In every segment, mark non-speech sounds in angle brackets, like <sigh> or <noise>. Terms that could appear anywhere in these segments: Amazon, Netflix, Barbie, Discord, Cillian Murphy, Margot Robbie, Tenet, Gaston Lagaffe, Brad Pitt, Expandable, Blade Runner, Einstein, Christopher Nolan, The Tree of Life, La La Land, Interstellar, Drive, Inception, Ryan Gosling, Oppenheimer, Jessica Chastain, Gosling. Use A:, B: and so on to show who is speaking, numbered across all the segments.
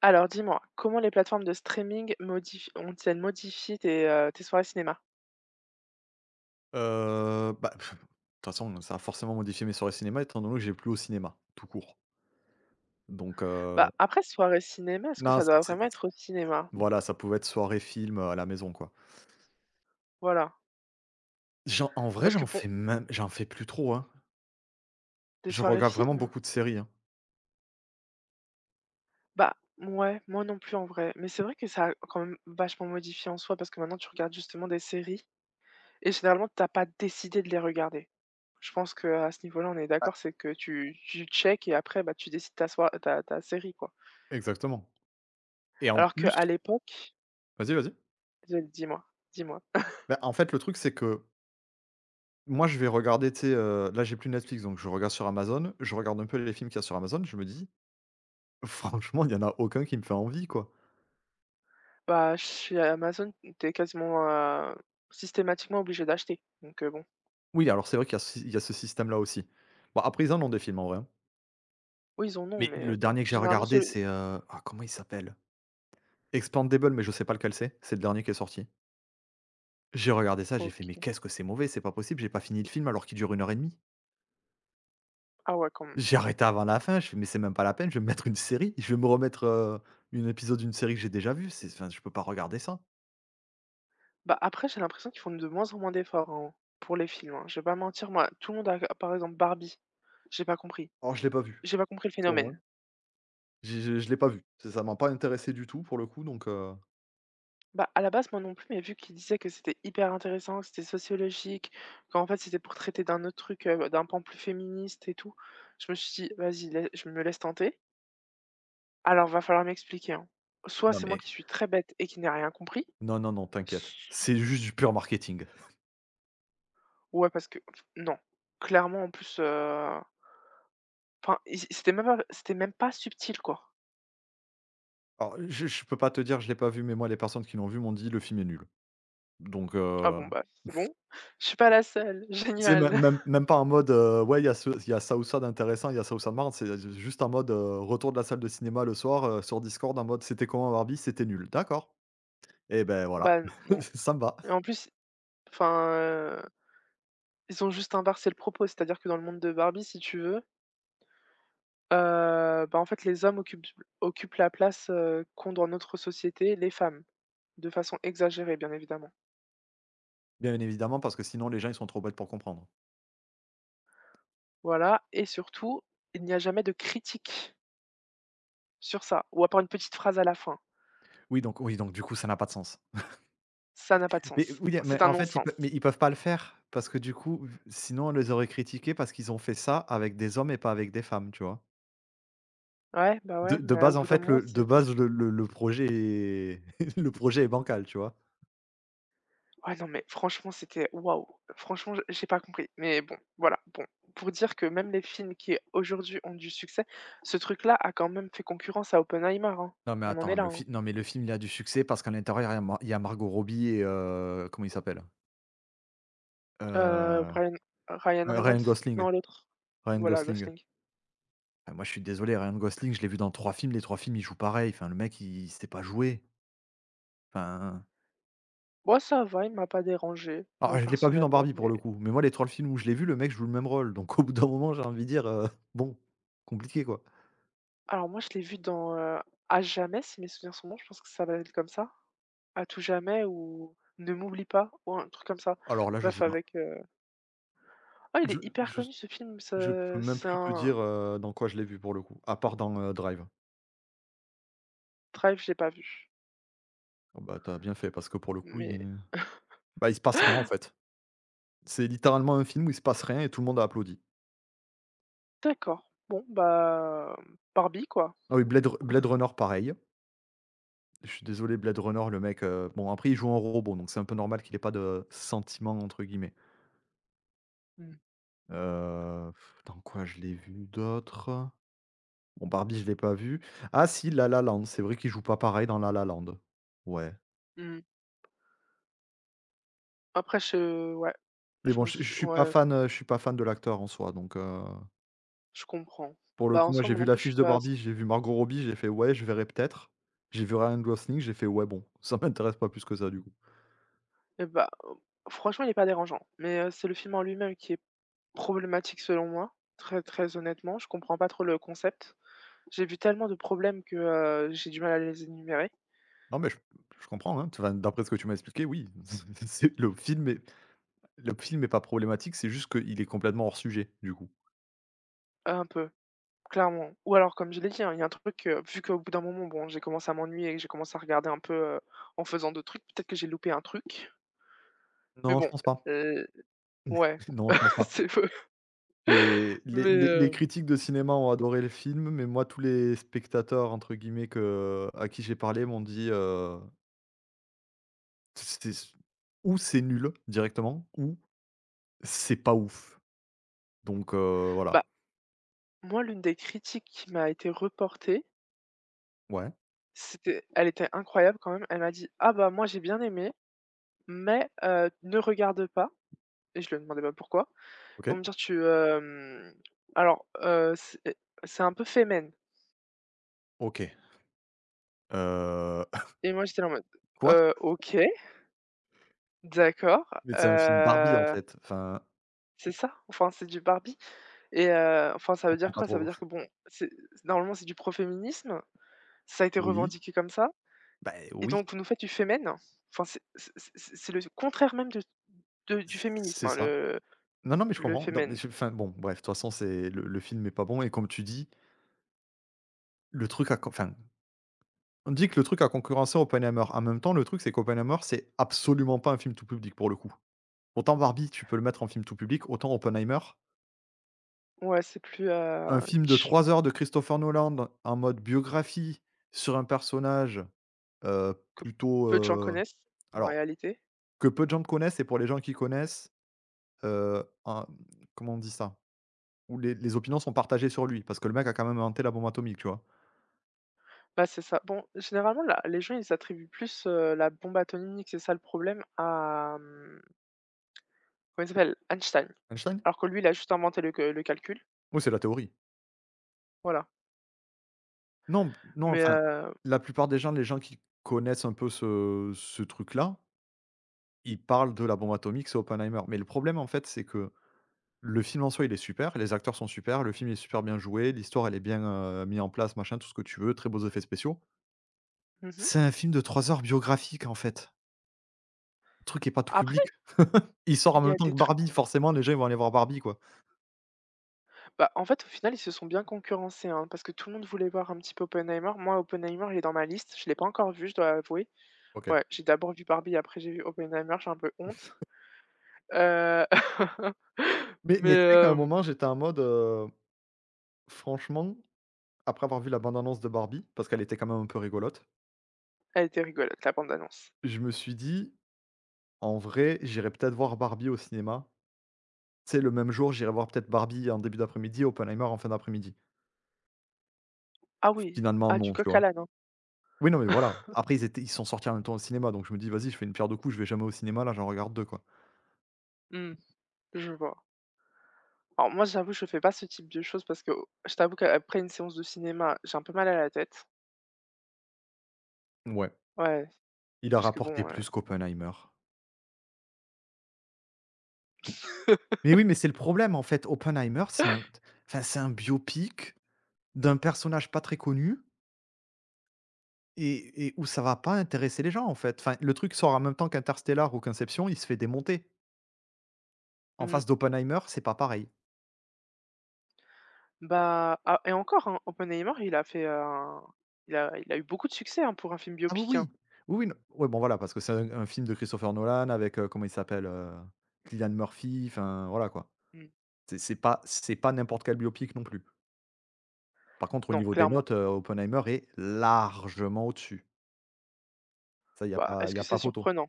A: Alors dis-moi, comment les plateformes de streaming modif ont-elles modifié tes soirées cinéma?
B: Bah, de toute façon, ça a forcément modifié mes soirées cinéma étant donné que j'ai plus au cinéma, tout court. Donc,
A: Bah, après soirée cinéma, est-ce que
B: non,
A: ça
B: c'est
A: doit
B: c'est
A: vraiment être au cinéma?
B: voilà, ça pouvait être soirée film, à la maison, quoi.
A: Voilà.
B: J'en En vrai,
A: Parce que bon,
B: j'en fais plus trop, hein.
A: des
B: Je
A: soirées
B: regarde vraiment
A: films?
B: beaucoup de séries, hein.
A: Bah, ouais, moi non plus en vrai, mais c'est vrai que ça a quand même vachement modifié en soi parce que maintenant tu regardes justement des séries et généralement t'as pas décidé de les regarder. Je pense que à ce niveau-là, on est d'accord, c'est que tu check et après, bah, tu décides ta soi ta ta série quoi.
B: Exactement, et en
A: Alors
B: plus,
A: qu'à l'époque,
B: vas-y, vas-y.
A: dis-moi, dis-moi?
B: Bah, en fait, le truc, c'est que moi, je vais regarder, tu sais, là, j'ai plus Netflix, donc je regarde sur Amazon. Je regarde un peu les films qu'il y a sur Amazon. Je me dis: <laughs> «Franchement, il y en a aucun qui me fait envie, quoi».
A: Bah, chez Amazon, t'es quasiment, systématiquement obligé d'acheter, donc bon.
B: Oui, alors c'est vrai qu'il y a ce système-là aussi. Bon, après, ils en ont des films, en vrai, hein.
A: Oui ils en ont,
B: Mais
A: mais
B: le
A: bon,
B: dernier que j'ai
A: généralement
B: regardé,
A: ceux
B: c'est, ah, comment il s'appelle? Expandable, mais je sais pas lequel c'est. C'est le dernier qui est sorti. J'ai regardé ça, j'ai fait: «Mais
A: OK.
B: qu'est-ce que c'est mauvais, c'est pas possible, j'ai pas fini le film alors qu'il dure 1 heure et demie».
A: Ah ouais, quand même.
B: J'ai arrêté avant la fin, je fais: «Mais c'est même pas la peine, je vais me mettre une série, je vais me remettre, une épisode d'une série que j'ai déjà vue, c'est enfin je peux pas regarder ça».
A: Bah, après, j'ai l'impression qu'ils font de moins en moins d'efforts, hein, pour les films, hein. Je vais pas mentir, moi, tout le monde a par exemple Barbie, j'ai pas compris.
B: Alors je l'ai pas vu,
A: J'ai pas compris le
B: c'est au moins.
A: phénomène.
B: J'ai je l'ai pas vu. C'est, ça m'a pas intéressé du tout pour le coup, donc,
A: Bah, à la base, moi non plus, mais vu qu'ils disaient que c'était hyper intéressant, que c'était sociologique, qu'en fait, c'était pour traiter d'un autre truc, d'un pan plus féministe et tout, je me suis dit: «Vas-y, lai je me laisse tenter». Alors, va falloir m'expliquer, hein. Soit
B: non
A: c'est moi
B: mais
A: qui suis très bête et qui n'ai rien compris,
B: non, non, non, t'inquiète.
A: s
B: C'est juste du pur marketing.
A: ouais parce que f non, clairement en plus, enfin i c'était même pas subtil quoi.
B: Alors je peux pas te dire, je l'ai pas vu, mais moi les personnes qui l'ont vu m'ont dit: «Le film est nul». Donc,
A: Ah bon, bah, c'est bon, je suis pas la seule, <laughs>
B: tu sais, même
A: génial.
B: même
A: <laughs>
B: même pas en mode, ouais, il y a ce il y a ça ou ça d'intéressant, il y a ça ou ça de marrant, c'est juste en mode, retour de la salle de cinéma le soir, sur Discord en mode: «C'était comment Barbie? C'était nul». «D'accord et ben voilà,
A: Bah, non
B: <laughs> ça me va».
A: et en plus, enfin, ils ont juste inversé le propos, c'est-à-dire que dans le monde de Barbie, si tu veux, bah, en fait, les hommes occupent la place, qu'ont dans notre société les femmes, de façon exagérée, bien évidemment.
B: Bien évidemment, parce que sinon les gens, ils sont trop bêtes pour comprendre.
A: Voilà et surtout, il n'y a jamais de critique sur ça, ou à part une petite phrase à la fin.
B: Oui, donc du coup, ça n'a pas de sens.
A: Ça n'a pas de
B: Mais
A: sens.
B: oui,
A: C'est
B: mais
A: un
B: en fait,
A: non-sens.
B: ils peuvent pas le faire parce que du coup, sinon on les aurait critiqués parce qu'ils ont fait ça avec des hommes et pas avec des femmes, tu vois?
A: Ouais, bah,
B: De
A: ouais,
B: de
A: mais au
B: base, en
A: bout d'un
B: fait,
A: moment,
B: le de
A: c'est
B: base, le projet est <laughs> le projet est bancal, tu vois?
A: ouais, non, mais franchement, c'était waouh! Franchement, j'ai pas compris, mais bon, voilà, bon, pour dire que même les films qui aujourd'hui ont du succès, ce truc-là a quand même fait concurrence à Oppenheimer, hein.
B: Non mais
A: On en
B: attends,
A: est là,
B: le fi
A: hein.
B: non mais le film, il a du succès parce qu'à l'intérieur, il y a Margot Robbie et comment il s'appelle? Heu
A: Brian Ryan
B: Ryan
A: Reynolds?
B: Gosling,
A: Non, l'autre.
B: Ryan
A: Voilà,
B: Gosling.
A: Gosling.
B: Enfin, moi, je suis désolé, Ryan Gosling, je l'ai vu dans 3 films, les 3 films, il joue pareil. Enfin, le mec, il sait pas jouer. Enfin,
A: Moi ça va, il m'a pas dérangé,
B: alors
A: moi
B: je l'ai pas vu dans
A: personnellement,
B: Barbie pour
A: mais
B: le coup, mais moi, les 3 films où je l'ai vu, le mec joue le même rôle, donc au bout d'un moment, j'ai envie de dire, bon, compliqué, quoi.
A: Alors moi, je l'ai vu dans, À jamais, si mes souvenirs sont bons, je pense que ça va être comme ça. À tout jamais ou Ne m'oublie pas ou un truc comme ça.
B: Alors là, je
A: Bref
B: sais pas.
A: avec, ah il
B: Je
A: est hyper
B: je
A: connu ce film,
B: je peux
A: ce
B: même
A: c'est
B: plus te dire,
A: un
B: dans quoi je l'ai vu pour le coup, à part dans, Drive.
A: Drive, je l'ai pas vu,
B: Oh, bah, t'as bien fait parce que pour le coup,
A: mais
B: il se passe rien en
A: <gasps>
B: fait. C'est littéralement un film où il se passe rien et tout le monde a applaudi.
A: d'accord. Bon bah, Barbie quoi.
B: Ah oui, Blade Runner, pareil. Je suis désolé, Blade Runner, le mec, bon, après, il joue un robot, donc c'est un peu normal qu'il ait pas de «sentiments» entre guillemets.
A: Mmh.
B: Heu, dans quoi je l'ai vu d'autre? Bon, Barbie, je l'ai pas vu. Ah si, La La Land, c'est vrai qu'il joue pas pareil dans La La Land. Ouais,
A: Mmh. Après je ouais,
B: mais
A: je
B: bon,
A: me
B: je
A: suis
B: suis pas
A: ouais,
B: fan, je suis pas fan de l'acteur en soi, donc
A: je comprends.
B: pour le
A: Bah
B: coup, moi, j'ai
A: ensemble
B: vu
A: non plus, je
B: l'affiche
A: suis
B: de
A: pas s
B: Barbie, j'ai vu Margot Robbie, j'ai fait: «Ouais, je verrai peut-être». J'ai vu Ryan Gosling, j'ai fait: «Ouais, bon, ça <laughs> m'intéresse pas plus que ça, du coup».
A: et bah, franchement, il est pas dérangeant, mais, c'est le film en lui-même qui est problématique selon moi, très très honnêtement, je comprends pas trop le concept. J'ai vu tellement de problèmes que, j'ai du mal à les énumérer,
B: Non, mais je comprends, hein. Enfin, d'après ce que tu m'as expliqué, oui, <laughs> c'est le film est pas problématique, c'est juste qu'il est complètement hors sujet, du coup.
A: un peu, clairement. Ou alors comme je l'ai dit, hein, il y a un truc, vu qu'au bout d'un moment, bon, j'ai commencé à m'ennuyer et que j'ai commencé à regarder un peu, en faisant d'autres trucs, peut-être que j'ai loupé un truc, mais
B: Non, je
A: bon,
B: pense pas.
A: heu, ouais,
B: <laughs> Non, je pense
A: <laughs>
B: pas.
A: c'est peu
B: C'est les
A: mais
B: les les critiques de cinéma ont adoré le film, mais moi, tous les spectateurs, entre guillemets, que à qui j'ai parlé m'ont dit, c'était ou c'est nul directement ou c'est pas ouf. Donc, voilà.
A: bah, moi, l'une des critiques qui m'a été reportée,
B: Ouais,
A: c'était elle était incroyable quand même, elle m'a dit: «Ah bah, moi j'ai bien aimé, mais ne regarde pas» et je lui demandais pas pourquoi. Pour
B: OK.
A: me dire tu, alors, c'est un peu féminin
B: OK. Heu, <laughs>
A: et moi j'étais là en mode,
B: quoi?
A: OK, d'accord,
B: Mais c'est un film Barbie, en
A: heu,
B: fait. Enfin,
A: c'est ça? Enfin c'est du Barbie et enfin ça
B: on
A: veut
B: comprend
A: dire
B: pas
A: quoi? Ça veut
B: trop.
A: dire que bon, c'est normalement c'est du proféminisme, ça a été
B: Oui?
A: revendiqué comme ça
B: Bah,
A: et
B: oui,
A: donc vous nous faites du féminin? Enfin c'est le contraire même de du féminisme,
B: c'est
A: hein,
B: ça.
A: le
B: Non, non, mais je
A: le
B: comprends. Non, mais
A: féminin.
B: je, enfin, bon, bref, de toute façon, c'est le film est pas bon et comme tu dis, le truc a con enfin, on dit que le truc a concurrencé Oppenheimer. En même temps, le truc, c'est qu'Oppenheimer, c'est absolument pas un film tout public, pour le coup. Autant Barbie, tu peux le mettre en film tout public, autant Oppenheimer,
A: Ouais, c'est plus,
B: un film de
A: niche
B: 3 heures de Christopher Nolan en mode biographie sur un personnage,
A: que
B: plutôt,
A: peu de gens
B: heu,
A: connaissent en
B: alors
A: réalité.
B: que peu de gens connaissent et pour les gens qui connaissent, en comment on dit ça? Où les opinions sont partagées sur lui, parce que le mec a quand même inventé la bombe atomique, tu vois?
A: Bah, c'est ça. Bon, généralement, la les gens, ils attribuent plus, la bombe atomique, c'est ça le problème, à, comment il s'appelle? Einstein.
B: Einstein?
A: Alors que lui, il a juste inventé le calcul,
B: Oui, c'est la théorie.
A: voilà.
B: Non, non,
A: Mais
B: enfin, la plupart des gens, les gens qui connaissent un peu ce truc-là, ils parlent de la bombe atomique, c'est Oppenheimer. Mais le problème, en fait, c'est que le film en soi, il est super, les acteurs sont super, le film est super bien joué, l'histoire, elle est bien, mis en place, machin, tout ce que tu veux, très beaux effets spéciaux.
A: mmh
B: C'est un film de 3 heures biographique, en fait. Le truc est pas tout
A: Après,
B: public. Il sort
A: il
B: en
A: y
B: même
A: a
B: temps
A: des
B: que
A: trucs
B: Barbie, forcément, les gens, ils vont aller voir Barbie, quoi.
A: bah, en fait, au final, ils se sont bien concurrencés, hein, parce que tout le monde voulait voir un petit peu Oppenheimer. Moi, Oppenheimer, il est dans ma liste. Je l'ai pas encore vu, je dois avouer.
B: OK.
A: Ouais, j'ai d'abord vu Barbie, après j'ai vu Oppenheimer, j'ai un peu honte. Heu, <laughs>
B: Mais
A: mais
B: mais tu sais qu'à un moment, j'étais en mode, franchement, après avoir vu la bande-annonce de Barbie, parce qu'elle était quand même un peu rigolote,
A: elle était rigolote, la bande annonce.
B: je me suis dit: «En vrai, j'irai peut-être voir Barbie au cinéma». Tu sais, le même jour, j'irai voir peut-être Barbie en début d'après-midi, Oppenheimer en fin d'après-midi.
A: Ah oui,
B: Finalement,
A: ah du
B: non, tu
A: coq à
B: vois?
A: l'âne, hein.
B: Oui, non, mais voilà.
A: <laughs>
B: Après, ils sont sortis en même temps au cinéma, donc je me dis: «Vas-y, je fais une pierre de coups, je vais jamais au cinéma, là, j'en regarde deux quoi».
A: Mmh. Je vois. Alors moi, j'avoue, je fais pas ce type de choses parce que oh, je t'avoue qu'après une séance de cinéma, j'ai un peu mal à la tête.
B: Ouais,
A: Ouais,
B: il a
A: parce que
B: rapporté
A: bon,
B: plus qu'Oppenheimer. Mais oui, mais c'est le problème, en fait. Oppenheimer, c'est un, c'est un biopic d'un personnage pas très connu. Et où ça va pas intéresser les gens, en fait. Enfin, le truc sort en même temps qu'Interstellar ou qu'Inception, il se fait démonter. En
A: mmh,
B: face
A: <laughs>
B: d'Oppenheimer, c'est pas pareil.
A: bah, ah et encore, hein, Oppenheimer, il a fait un il a eu beaucoup de succès, hein, pour un film
B: Ah oui,
A: biopic, hein.
B: oui. Oui, oui, non, ouais, bon, voilà, parce que c'est un film de Christopher Nolan avec, comment il s'appelle, Cillian Murphy, enfin, voilà, quoi.
A: Mmh.
B: C'est pas n'importe quel biopic non plus. Par contre, au
A: Non,
B: niveau des
A: clairement.
B: notes, Oppenheimer est largement au-dessus. Ça,
A: Bah, est-ce
B: il y a
A: que
B: pas
A: c'est
B: photo.
A: surprenant?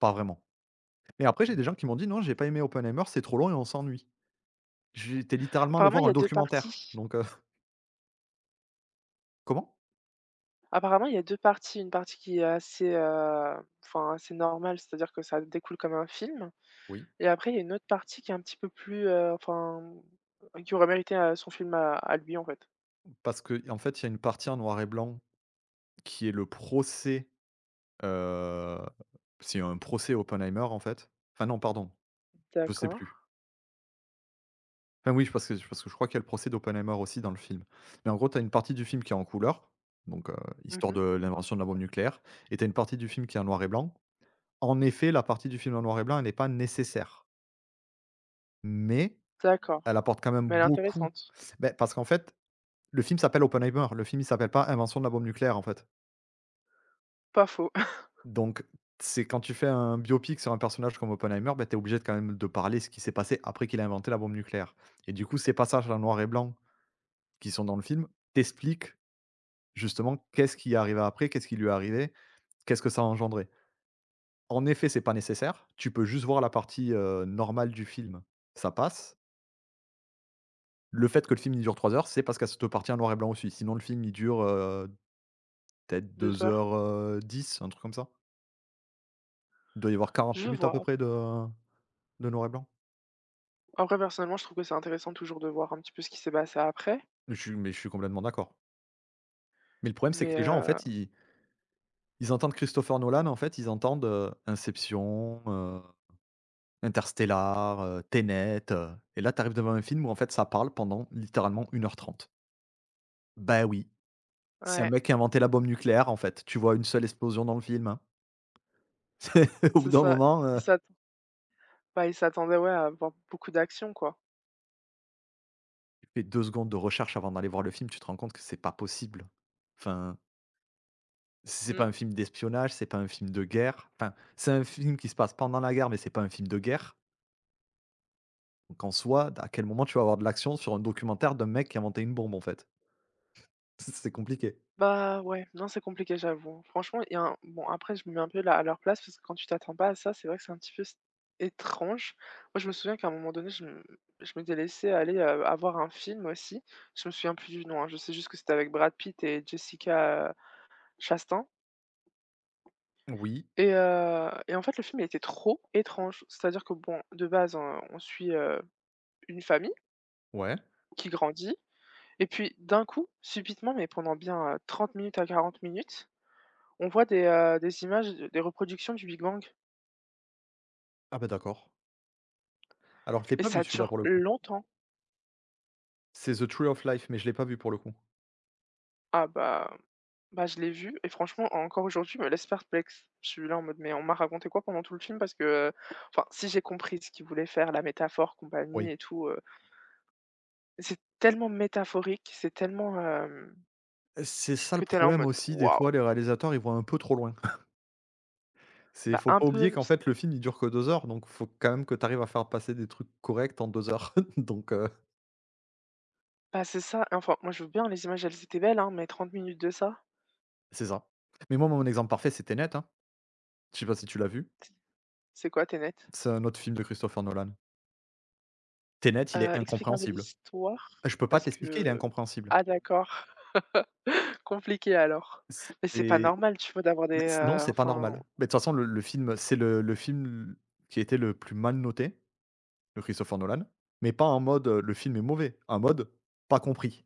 B: Pas vraiment. Mais après, j'ai des gens qui m'ont dit: «Non, j'ai pas aimé Oppenheimer, c'est trop long et on s'ennuie». J'étais littéralement allé
A: Apparemment,
B: voir
A: il y
B: un
A: a 2
B: documentaire,
A: parties.
B: donc <laughs> comment?
A: Apparemment, il y a 2 parties, une partie qui est assez, enfin assez normale, c'est-à-dire que ça découle comme un film
B: Oui.
A: Et après, il y a une autre partie qui est un petit peu plus, enfin, qui aurait mérité, son film à lui, en fait.
B: Parce que en fait, il y a une partie en noir et blanc qui est le procès, heu, c'est un procès Oppenheimer, en fait. Enfin non, pardon, je sais
A: D'accord.
B: plus. Enfin oui, parce que je crois qu'il y a le procès d'Oppenheimer aussi dans le film. Mais en gros, tu as une partie du film qui est en couleur, donc, histoire de
A: Mmh
B: l'invention de la bombe nucléaire, et tu as une partie du film qui est en noir et blanc. En effet, la partie du film en noir et blanc, elle n'est pas nécessaire, mais elle
A: D'accord,
B: apporte quand même
A: mais elle est
B: beaucoup.
A: intéressante.
B: Beh, parce qu'en fait, le film s'appelle Oppenheimer, le film, il s'appelle pas Invention de la bombe nucléaire, en fait.
A: Pas faux.
B: Donc, c'est quand tu fais un biopic sur un personnage comme Oppenheimer, ben tu es obligé de quand même de parler ce qui s'est passé après qu'il a inventé la bombe nucléaire. Et du coup, ces passages en noir et blanc, qui sont dans le film, t'expliquent justement qu'est-ce qui est arrivé après, qu'est-ce qui lui est arrivé, qu'est-ce que ça a engendré. En effet, c'est pas nécessaire. Tu peux juste voir la partie, normale du film, ça passe. Le fait que le film il dure 3 heures, c'est parce qu'à cette partie en noir et blanc aussi. Sinon le film il dure, peut-être
A: <laughs> 2
B: 2
A: heures.
B: heures, 10, un truc comme ça. Il doit y avoir quarante
A: Je
B: minutes à peu
A: vois.
B: près de noir et blanc.
A: Après, personnellement, je trouve que c'est intéressant toujours de voir un petit peu ce qui s'est passé après,
B: Mais je suis complètement d'accord. Mais le problème, c'est que
A: mais
B: les gens, en fait, ils entendent Christopher Nolan, en fait, ils entendent, Inception, Interstellar, Tenet, et là, tu arrives devant un film où, en fait, ça parle pendant littéralement 1h30. Bah oui, c'est un
A: ouais,
B: mec qui a inventé la bombe nucléaire, en fait. Tu vois une seule explosion dans le film, hein. <laughs> C'est au bout
A: c'est
B: d'un
A: ça.
B: moment,
A: Il s'attend bah, ils s'attendaient, ouais, à avoir beaucoup d'action, quoi.
B: tu fais 2 secondes de recherche avant d'aller voir le film, tu te rends compte que c'est pas possible. Enfin, c'est pas
A: Mmh.
B: un film d'espionnage, c'est pas un film de guerre. Enfin, c'est un film qui se passe pendant la guerre, mais c'est pas un film de guerre. Donc en soi, à quel moment tu vas avoir de l'action sur un documentaire d'un mec qui a inventé une bombe, en fait? <laughs> C'est compliqué.
A: Bah, ouais, non, c'est compliqué, j'avoue. Franchement, il y a un bon, après, je me mets un peu là, à leur place parce que quand tu t'attends pas à ça, c'est vrai que c'est un petit peu étrange. Moi, je me souviens qu'à un moment donné, je m'étais laissée aller avoir un film aussi. Je me souviens plus du nom, hein. Je sais juste que c'était avec Brad Pitt et Jessica Chastain.
B: Oui,
A: Et en fait, le film il était trop étrange. C'est-à-dire que, bon, de base, hein, on suit une famille
B: ouais.
A: qui grandit. Et puis, d'un coup, subitement, mais pendant bien 30 minutes à 40 minutes, on voit des images, d des reproductions du Big Bang
B: Ah bah, d'accord. Alors je l'ai
A: et
B: pas vu
A: ça
B: celui-là
A: dure
B: pour le coup.
A: longtemps.
B: C'est The Tree of Life, mais je l'ai pas vu pour le coup.
A: Ah bah bah, je l'ai vu et franchement encore aujourd'hui, il me laisse perplexe. Je suis là en mode: «Mais on m'a raconté quoi pendant tout le film?» parce que, enfin, si j'ai compris ce qu'il voulait faire, la métaphore, compagnie
B: Oui.
A: et tout, c'est tellement métaphorique, c'est tellement,
B: C'est ça le
A: que t'es là en
B: problème
A: mode:
B: aussi, des fois
A: «Waouh!»
B: les réalisateurs, ils vont un peu trop loin. <laughs> C'est
A: bah,
B: faut
A: un
B: pas oublier
A: peu
B: qu'en
A: s
B: fait le film, il dure que 2 heures, donc faut quand même que tu arrives à faire passer des trucs corrects en 2 heures. <laughs> Donc
A: bah c'est ça enfin, moi je veux bien les images, elles étaient belles, hein, mais 30 minutes de ça,
B: c'est ça. Mais moi, mon exemple parfait, c'est Tenet, hein. Je sais pas si tu l'as vu?
A: c'est quoi? Tu net.
B: C'est un autre film de Christopher Nolan. Tenet, il est
A: Explique un peu
B: incompréhensible.
A: l'histoire
B: Je peux pas te
A: parce
B: l'expliquer, il est
A: que
B: incompréhensible.
A: ah d'accord. Compliqué alors. Mais c'est pas
B: C'est
A: normal, tu vois, d'avoir
B: bah,
A: des,
B: c non, c'est pas
A: enfin,
B: normal. Mais de toute façon, le film, c'est le film qui était le plus mal noté de Christopher Nolan, mais pas en mode, le film est mauvais, en mode pas compris.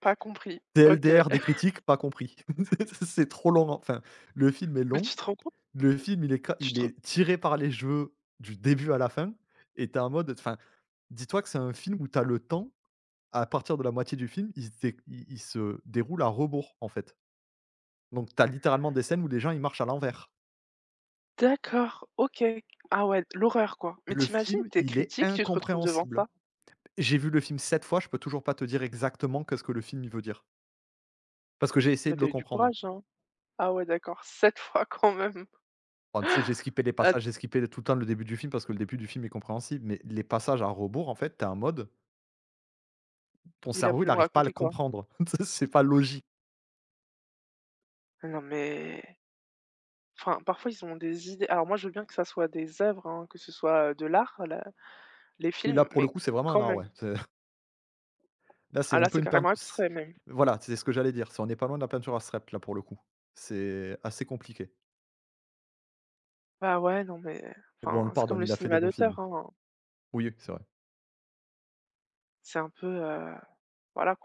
A: pas compris.
B: <laughs>
A: OK.
B: TLDR des
A: <laughs>
B: critiques, pas compris. <laughs> C'est trop long, hein. Enfin, le film est
A: Mais
B: long,
A: tu te rends compte?
B: le film il est ca
A: Tu
B: il
A: te re
B: est tiré par les cheveux du début à la fin et t'es en mode enfin, dis-toi que c'est un film où t'as le temps, à partir de la moitié du film, il se déroule à rebours, en fait. Donc t'as littéralement des scènes où les gens, ils marchent à l'envers.
A: d'accord, OK. Ah ouais, l'horreur, quoi. Mais
B: Le
A: tu imagines,
B: film,
A: tu es
B: il est
A: critique, tu te retrouves devant
B: incompréhensible.
A: ça?
B: J'ai vu le film 7 fois, je peux toujours pas te dire exactement qu'est-ce que le film, il veut dire. Parce que j'ai essayé
A: Mais
B: de
A: tu
B: le
A: as eu du
B: comprendre.
A: courage, hein? Ah ouais, d'accord, <laughs> 7 fois quand même.
B: Enfin, tu sais, j'ai skippé les
A: Att
B: passages, j'ai skippé tout le temps le début du film parce que le début du film est compréhensible, mais les passages à rebours, en fait, tu es en mode, ton
A: il a
B: cerveau, il
A: voulu me
B: n'arrive pas à le
A: raconter quoi?
B: comprendre. <laughs> Tu sais, c'est pas logique.
A: Ah Non mais enfin, parfois, ils ont des idées alors moi, je veux bien que ça soit des œuvres, hein, que ce soit, de l'art, la les
B: Oui, là,
A: films,
B: pour le
A: mais
B: coup, c'est vraiment un
A: quand
B: art,
A: même.
B: ouais. C'est <laughs> Là,
A: Ah
B: c'est un
A: là,
B: peu
A: c'est
B: une peinture.
A: carrément abstrait même.
B: Voilà, c'est ce que j'allais dire. C'est on n'est pas loin de la peinture à strep, là, pour le coup. C'est assez compliqué.
A: Bah ouais, non mais
B: Mais bon, on le
A: enfin, c'est comme
B: pardonne.
A: le
B: Il a fait des
A: cinéma
B: bons films.
A: d'auteur, hein.
B: Oui, oui, c'est vrai.
A: C'est un peu, voilà quoi.